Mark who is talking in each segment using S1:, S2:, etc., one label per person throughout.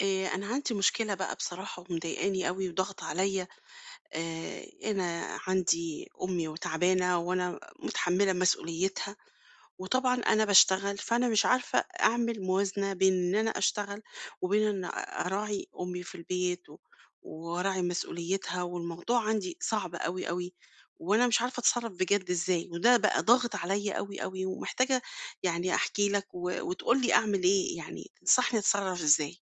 S1: أنا عندي مشكلة بقى بصراحة ومضايقاني أوي وضاغطة عليّا، أنا عندي أمي وتعبانة وأنا متحمّلة مسؤوليتها، وطبعًا أنا باشتغل، فأنا مش عارفة أعمل موازنة بين إن أنا أشتغل وبين إن أراعي أمي في البيت و وأراعي مسؤوليتها، والموضوع عندي صعب أوي، أوي، وأنا مش عارفة أتصرّف بجد إزاي، وده بقى ضاغط عليّا أوي، أوي، ومحتاجة يعني أحكي لك و وتقول لي أعمل إيه، يعني تنصحني أتصرّف إزاي.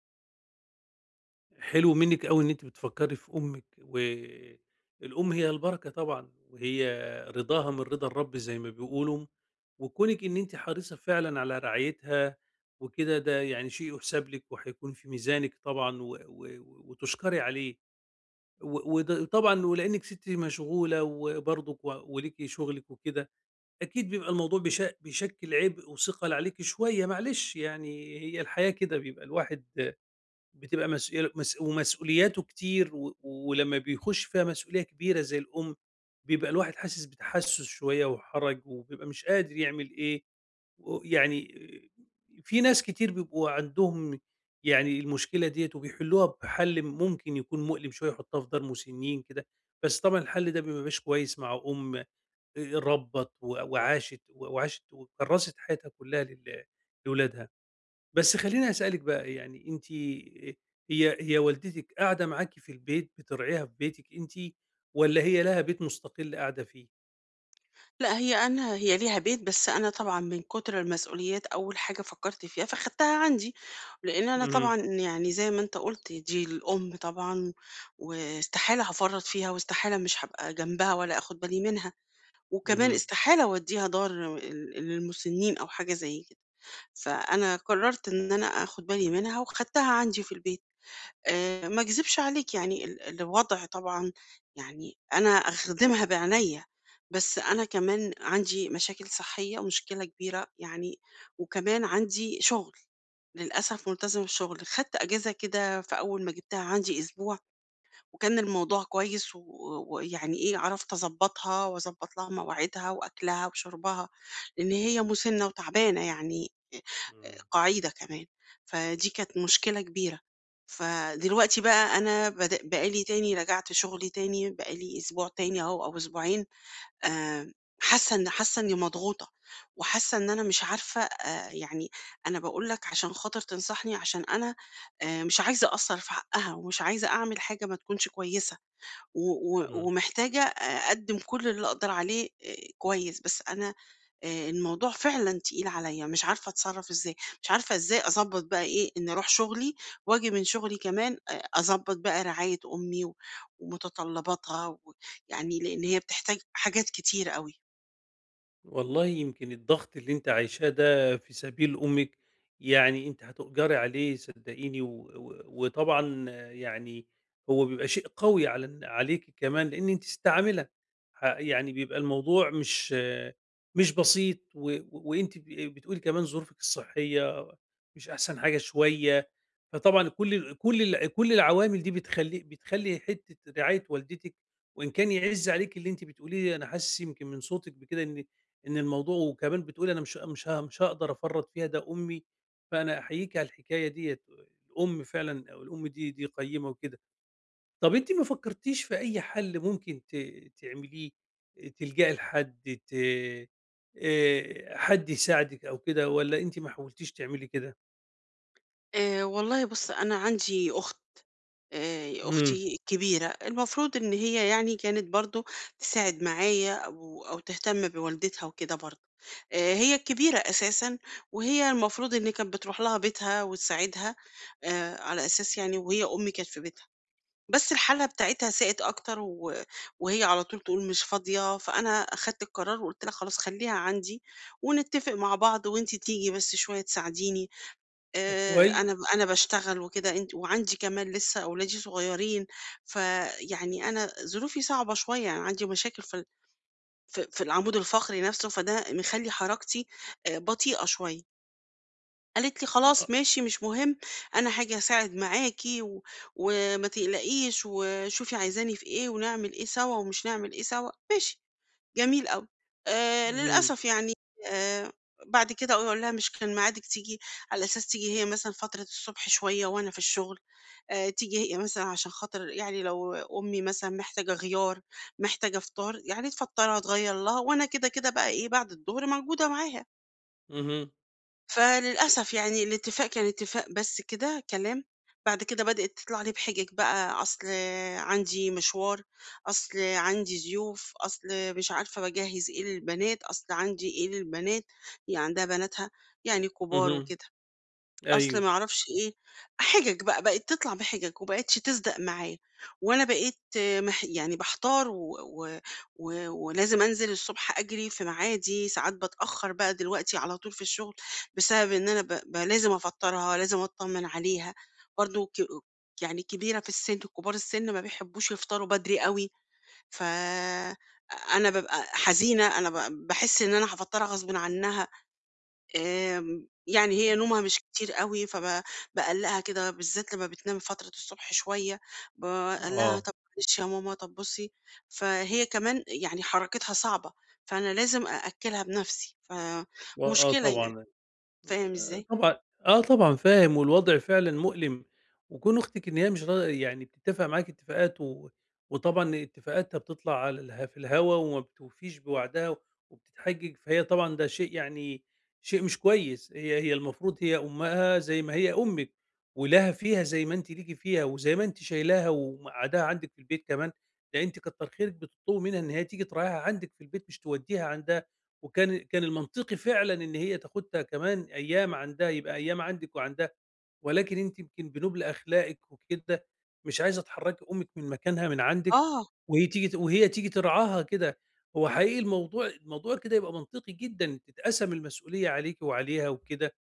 S2: حلو منِّك أوي إن أنتِ بتفكّري في أمِّك، والأم هي البركة طبعًا، وهي رضاها من رضا الرب زي ما بيقولوا، وكونِك إن أنتِ حريصة فعلًا على رعايتها وكده ده يعني شيء يُحسَب لِك وهيكون في ميزانِك طبعًا و وتُشكري عليه، وده طبعًا ولإنِّك ست مشغولة وبرضُك وليكِ شُغلِك وكده، أكيد بيبقى الموضوع بيشكِّل عبء وثقل عليكِ شوية معلش يعني هي الحياة كده بيبقى الواحد بتبقى مسؤول مس ومسؤولياته كتير ولمّا بيخُش فيها مسؤولية كبيرة زي الأم، بيبقى الواحد حاسس بتحسُّس شوية وحَرَج وبيبقى مش قادر يعمل إيه، ويعني في ناس كتير بيبقوا عندهم يعني المشكلة ديّة وبيحلّوها بحَل ممكن يكون مؤلم شوية يحطّها في دار مسنّين كده، بس طبعًا الحَل ده ما بيبقاش كويس مع أم ربّت و وعاشت و وعاشت وكرّست حياتها كُلّها لولادها. بس خلّيني أسألِك بقى يعني أنتِ هي والدتِك قاعدة معاكِ في البيت بترعيها في بيتِك أنتِ والّا هي لها بيت مستقل قاعدة فيه؟
S1: لأ، هي أنا هي ليها بيت، بس أنا طبعًا من كتر المسؤوليات أول حاجة فكّرت فيها فخدتها عندي، لإن أنا
S2: اهم،
S1: طبعًا يعني زي ما أنت قُلت دي الأم طبعًا، واستحالة هافرّط فيها واستحالة مش هابقى جنبها ولا آخُد بالي منها، وكمان
S2: اهم،
S1: استحالة أودّيها دار للمُسنّين أو حاجة زي كده، فأنا قرّرت إن أنا آخُد بالي منها وخدتها عندي في البيت. ما أكذبش عليك يعني الوضع طبعًا يعني أنا أخدمها بعناية، بس أنا كمان عندي مشاكل صحية ومشكلة كبيرة يعني، وكمان عندي شغل، للأسف ملتزمة بشغل، خدت أجازة كده في أول ما جبتها عندي أسبوع وكان الموضوع كويس و ويعني إيه، عرفت أضبّطها وأضبّط لها مواعيدها وأكلها وشربها، لإن هي مُسِنّة وتعبانة يعني
S2: إمم،
S1: قَعيدة كمان، فدي كانت مشكلة كبيرة. فدلوقتي بقى أنا بد بقى لي تاني رجعت شغلي تاني، بقى لي أسبوع تاني أهو أو أسبوعين آآ حاسة إن حاسة إني مضغوطة، وحاسة إن أنا مش عارفة يعني أنا باقول لك عشان خاطر تنصحني، عشان أنا مش عايزة أقصّر في حقها، ومش عايزة أعمل حاجة ما تكونش كويسة. و و
S2: إمم.
S1: ومحتاجة أقدّم كل اللي أقدر عليه كويس، بس أنا الموضوع فعلًا تقيل عليّا، مش عارفة أتصرّف إزاي، مش عارفة إزاي أضبّط بقى إيه، إني أروح شغلي وآجي من شغلي كمان أضبّط بقى رعاية أمي و ومتطلّباتها و يعني لإن هي بتحتاج حاجات كتير أوي.
S2: والله يمكن الضغط اللي أنتِ عايشاه ده في سبيل أمِك، يعني أنتِ هتؤجري عليه صدقيني، و و وطبعًا يعني هو بيبقى شيء قوي على عليكِ كمان لإن أنتِ ست عاملة، يعني بيبقى الموضوع مش بسيط، وأنتِ بتقولي كمان ظروفِك الصحية مش أحسن حاجة شوية، فطبعًا كل العوامل دي بتخلّي حتة رعاية والدتِك وإن كان يعِز عليكِ اللي أنتِ بتقوليه، أنا حاسس يمكن من صوتِك بكده إن الموضوع وكمان بتقولي أنا مش هاقدر أفرّط فيها ده أمي، فأنا أحييكِ على الحكاية ديّة، الأم فعلًا أو الأم دي قيّمة وكده. طَب أنتِ ما فكّرتيش في أي حل ممكن تعمليه، تلجئي لحد، ت حد يساعدِك أو كده والّا أنتِ ما حاولتيش تعملي كده؟
S1: والله بُص، أنا عندي أخت.
S2: إمم،
S1: أختي الكبيرة، المفروض إن هي يعني كانت برضه تساعد معايا أو تهتم بوالدتها وكده برضه، هي الكبيرة أساسًا وهي المفروض إن كانت بتروح لها بيتها وتساعدها على أساس يعني وهي أمي كانت في بيتها، بس الحالة بتاعتها ساءت أكتر و وهي على طول تقول مش فاضية، فأنا أخدت القرار وقُلت لها خلاص خلّيها عندي ونتفق مع بعض وأنتِ تيجي بس شوية تساعديني.
S2: طَب كويس
S1: أنا باشتغل وكده أنت وعندي كمان لسه أولادي صغيرين، فيعني أنا ظروفي صعبة شوية، يعني عندي مشاكل في العمود الفقري نَفْسه، فده مخلّي حركتي بطيئة شوية. قالت لي:
S2: آه،
S1: "خلاص ماشي مش مهم، أنا هاجي أساعد معاكِ و وما تقلقيش وشوفي عايزاني في إيه ونعمل إيه سوا ومش نعمل إيه سوا." ماشي. جميل أوي.
S2: اهم،
S1: للأسف يعني آآ بعد كده أقول لها مش كان ميعادِك تيجي على أساس تيجي هي مثلًا فترة الصبح شوية وأنا في الشغل، تيجي هي مثلًا عشان خاطر يعني لو أمي مثلًا محتاجة غيار، محتاجة فطار، يعني تفطّرها، تغيّر لها وأنا كده، كده بقى إيه، بعد الضهر موجودة معاها.
S2: اهم،
S1: فللأسف يعني الاتفاق كان اتفاق بس كده كلام، بعد كده بدأت تطلع لي بحجج بقى، أصل عندي مشوار، أصل عندي ضيوف، أصل مش عارفة باجهّز إيه للبنات، أصل عندي إيه للبنات، هي عندها بناتها يعني كبار
S2: اهم،
S1: وكده. أصل
S2: أيوه،
S1: ما أعرفش إيه، حِجَج بقى، بقِت تطلع بحِجَج وما بقِتش تصدق معايا، وأنا بقيت آه، يعني باحتار و و و ولازم أنزل الصبح أجري في ميعادي، ساعات باتأخّر بقى دلوقتي على طول في الشغل بسبب إن أنا ب ب لازم أفطّرها، لازم أطّمن عليها، برضه يعني كبيرة في السِن، كبار السِن ما بيحبّوش يفطروا بدري أوي، ف أ أنا بابقى حزينة، أنا ب باحس إن أنا هافطّرها غصبٍ عنّها يعني هي نومها مش كتير أوي، باقلّقها كده بالذات لمّا بتنام فترة الصبح شوية، باقلّقها
S2: آه،
S1: طَب معلش يا ماما، طَب بُصّي، فهي كمان يعني حركتها صعبة، فأنا لازم أأكّلها بنَفْسي،
S2: آه
S1: فمشكلة يعني،
S2: طبعًا.
S1: فاهم إزاي؟
S2: طبعًا آه طبعًا فاهم، والوضع فعلًا مؤلم، وكون أختِك إن هي مش را يعني بتتّفق معاكِ اتفاقات وطبعًا اتفاقاتها بتطلع على في الهوا وما بتوفيش بوعدها وبتتحجج، فهي طبعًا ده شيء يعني شيء مش كويس، هي المفروض أمها زي ما هي أمِّك، ولها فيها زي ما أنتِ ليكِ فيها، وزي ما أنتِ شايلاها ومقعّداها عندِك في البيت كمان، ده أنتِ كتّر خيرِك بتطلبي منها إن هي تيجي تراعيها عندِك في البيت مش تودّيها عندها. وكان المنطقي فعلًا إن هي تاخدها كمان أيام عندها، يبقى أيام عندِك وعندها، ولكن أنتِ يمكن بنُبل أخلاقِك وكده مش عايزة تحرّكي أمِك من مكانها من عندِك،
S1: آه،
S2: وهي تيجي ترعاها كده. هو حقيقي الموضوع كده يبقى منطقي جدًا، تتقسم المسؤولية عليكِ وعليها وكده،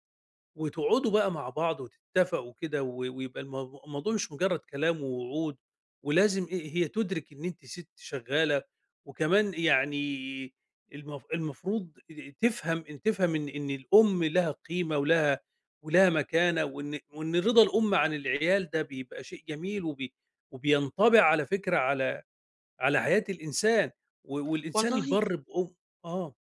S2: وتقعدوا بقى مع بعض وتتفقوا كده ويبقى الموضوع مش مجرد كلام ووعود، ولازم إيه هي تُدرِك إن أنتِ سِت شغّالة، وكمان يعني المفروض تفهم إن الأم لها قيمة ولها مكانة، وإن رضا الأم عن العيال ده بيبقى شيء جميل وبينطبع على فكرة على حياة الإنسان، والإنسان
S1: والله.
S2: البَرّ بأم آه،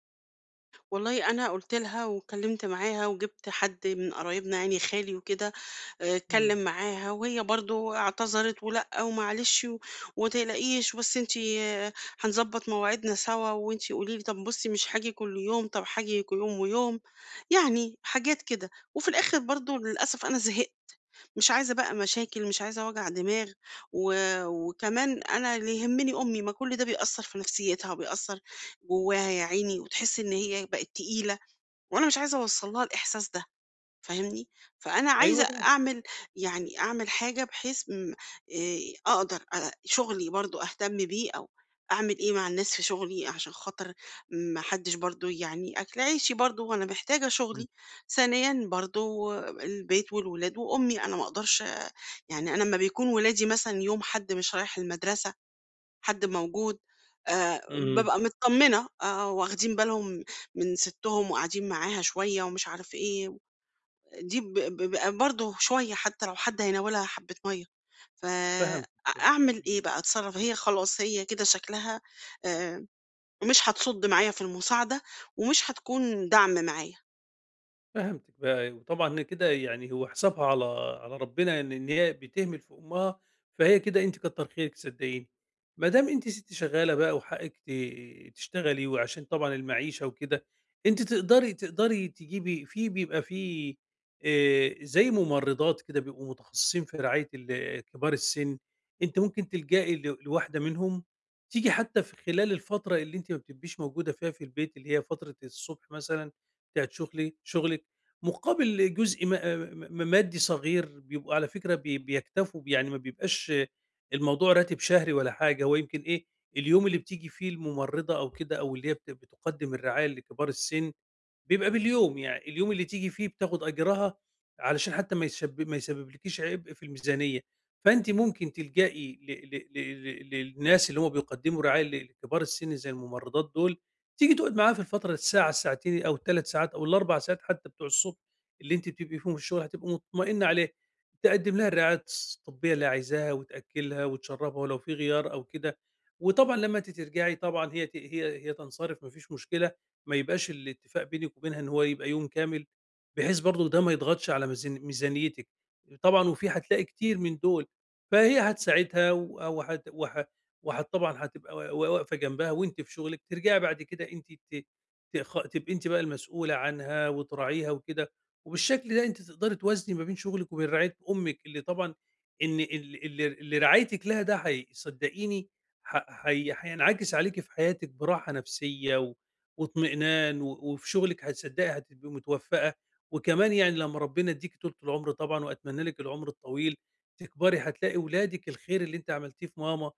S1: والله أنا قُلت لها واتكلمت معاها وجِبت حد من قرايبنا يعني خالي وكده،
S2: إمم،
S1: اتكلم معاها وهي برضه اعتذرت ولأ ومعلش و وما تقلقيش بس أنتِ هنضبّط مواعيدنا سوا وأنتِ قولي لي طب بُصّي مش هاجي كل يوم، طب هاجي يوم ويوم، يعني حاجات كده. وفي الآخر برضه للأسف أنا زهقت، مش عايزة بقى مشاكل، مش عايزة وجع دماغ، و وكمان أنا اللي يهمني أمي، ما كل ده بيأثّر في نفسيتها وبيأثّر جواها يا عيني وتحسي إن هي بقت تقيلة وأنا مش عايزة أوصّل لها الإحساس ده، فاهمني؟ فأنا عايزة
S2: أيوه طبعًا،
S1: أعمل يعني أعمل حاجة بحيث م أقدر شغلي برضه أهتم بيه أو أعمل إيه مع الناس في شغلي عشان خاطر ما حدّش برضه يعني أكل عيشي برضه وأنا محتاجة
S2: إمم،
S1: شغلي، ثانيًا برضه البيت والولاد وأمي، أنا ما أقدرش يعني أنا أمّا بيكون ولادي مثلًا يوم حد مش رايح المدرسة حد موجود، آآ
S2: إمم،
S1: بابقى متطمنة آه، واخدين بالهم من سِتّهم وقاعدين معاها شوية ومش عارف إيه، دي ب بيبقى برضه شوية حتى لو حد هيناولها حبّة مَيّة، ف أ
S2: فهمتِك،
S1: أعمل إيه
S2: فهمتِك.
S1: بقى، أتصرّف؟ هي خلاص هي كده شكلها آآ مش هتصُد معايا في المساعدة ومش هتكون دَعْم معايا.
S2: فهمتِك بقى، وطبعًا كده يعني هو حسابها على ربنا إن هي بتهمل في أمها، فهي كده أنتِ كتّر خيرِك صدقيني. ما دام أنتِ سِت شغّالة بقى وحقِّك تشتغلي وعشان طبعًا المعيشة وكده، أنتِ تقدري تجيبي في بيبقى في زي ممرّضات كده بيبقوا متخصصين في رعاية كبار السِن، أنتِ ممكن تلجئي لواحدة منهم تيجي حتى في خلال الفترة اللي أنتِ ما بتبقيش موجودة فيها في البيت، اللي هي فترة الصبح مثلًا بتاعة شغلِك مقابل جزء ما آه، مادي صغير، بيبقوا على فكرة بيكتفوا يعني ما بيبقاش الموضوع راتب شهري ولا حاجة، هو يمكن إيه، اليوم اللي بتيجي فيه الممرّضة أو كده أو اللي هي بتقدّم الرعاية لكبار السِن بيبقى باليوم، يعني اليوم اللي تيجي فيه بتاخد أجرها علشان حتى ما يسببلكيش عبء في الميزانية، فأنتِ ممكن تلجئي ل ل ل ل للناس اللي هم بيقدموا رعاية لكبار السن زي الممرضات دول، تيجي تقعد معاها في الفترة الساعة، الساعتين أو ال3 ساعات أو ال4 ساعات حتى بتوع الصبح اللي أنتِ بتبقي فيهم في الشغل هتبقي مطمئنة عليه، تقدم لها الرعاية الطبية اللي عايزاها وتأكلها وتشربها ولو في غيار أو كده، وطبعًا لما أنتِ ترجعي طبعًا هي ت هي هي تنصرف ما فيش مشكلة. ما يبقاش الاتفاق بينِك وبينها إن هو يبقى يوم كامل، بحيث برضه ده ما يضغطش على ميزانيتِك، طبعًا وفي هتلاقي كتير من دول، فهي هتساعدها و وهت وه وهت طبعًا هتبقى واقفة جنبها وأنتِ في شغلِك، ترجعي بعد كده أنتِ ت تخ تبقي أنتِ بقى المسؤولة عنها وتراعيها وكده، وبالشكل ده أنتِ تقدري توازني ما بين شغلِك وبين رعاية أمِك اللي طبعًا إن ال اللي اللي رعايتِك لها ده هي صدقيني ه هي هينعكس عليكِ في حياتِك براحة نفسية واطمئنان وفي شغلِك هتصدقي هتبقي متوفقة، وكمان يعني لمّا ربنا يدّيكِ طولة العمر طبعًا وأتمنى لِك العمر الطويل، تكبري هتلاقي ولادِك الخير اللي أنتِ عملتيه في ماما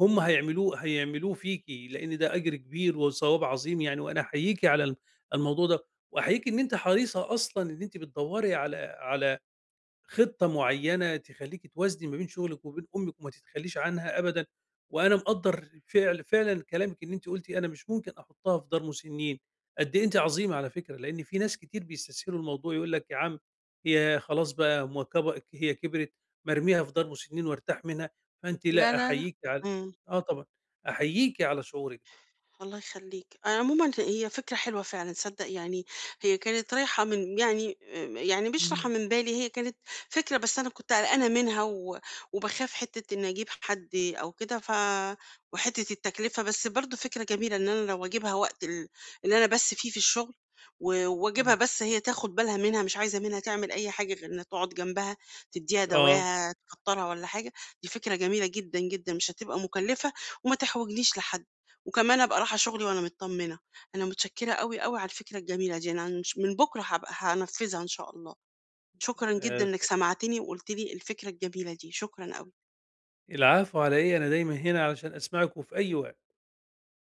S2: هم هيعملوه فيكِ، لإن ده أجر كبير وثواب عظيم يعني، وأنا أحييكِ على الموضوع ده، وأحييكِ إن أنتِ حريصة أصلًا إن أنتِ بتدوّري على خطة معيّنة تخلّيكِ توازني ما بين شغلِك وبين أمِّك وما تتخلّيش عنها أبدًا، وأنا مقدّر فعلًا كلامِك إن أنتِ قُلتِ أنا مش ممكن أحطّها في دار مسنّين، قد إيه أنتِ عظيمة على فكرة، لإن في ناس كتير بيستسهلوا الموضوع يقول لك يا عم هي خلاص بقى ما كب هي كبرت ما ارميها في دار مسنّين وارتاح منها، فأنتِ
S1: لا،
S2: لأ
S1: لا، لأ.
S2: أحييكِ على
S1: إمم.
S2: آه طبعًا، أحييكِ على شعورِك ده.
S1: الله يخلّيك. أنا عمومًا هي فكرة حلوة فعلًا تصدّق يعني هي كانت رايحة من يعني يعني مش رايحة
S2: إمم،
S1: من بالي، هي كانت فكرة بس أنا كنت قلقانة منها و وباخاف حتّة إنّي أجيب حد أو كده وحتّة التكلفة، بس برضه فكرة جميلة إن أنا لو أجيبها وقت اللي أنا بس فيه في الشغل و وأجيبها
S2: إمم،
S1: بس هي تاخُد بالها منها، مش عايزة منها تعمل أي حاجة غير إنّها تقعد جنبها، تدّيها
S2: آه،
S1: دواها، تكتّرها والّا حاجة، دي فكرة جميلة جدًا، جدًا، مش هتبقى مكلفة وما تحوجنيش لحد. وكمان أبقى رايحة شغلي وأنا متطمنة. أنا متشكرة أوي، أوي على الفكرة الجميلة دي، أنا هنش من بُكرة هابقى هانفذها إن شاء الله. شكرًا
S2: آآ
S1: جدًا إنك سمعتني وقُلت لي الفكرة الجميلة دي، شكرًا أوي.
S2: العفو على إيه، أنا دايمًا هنا علشان أسمعِك وفي أي وقت.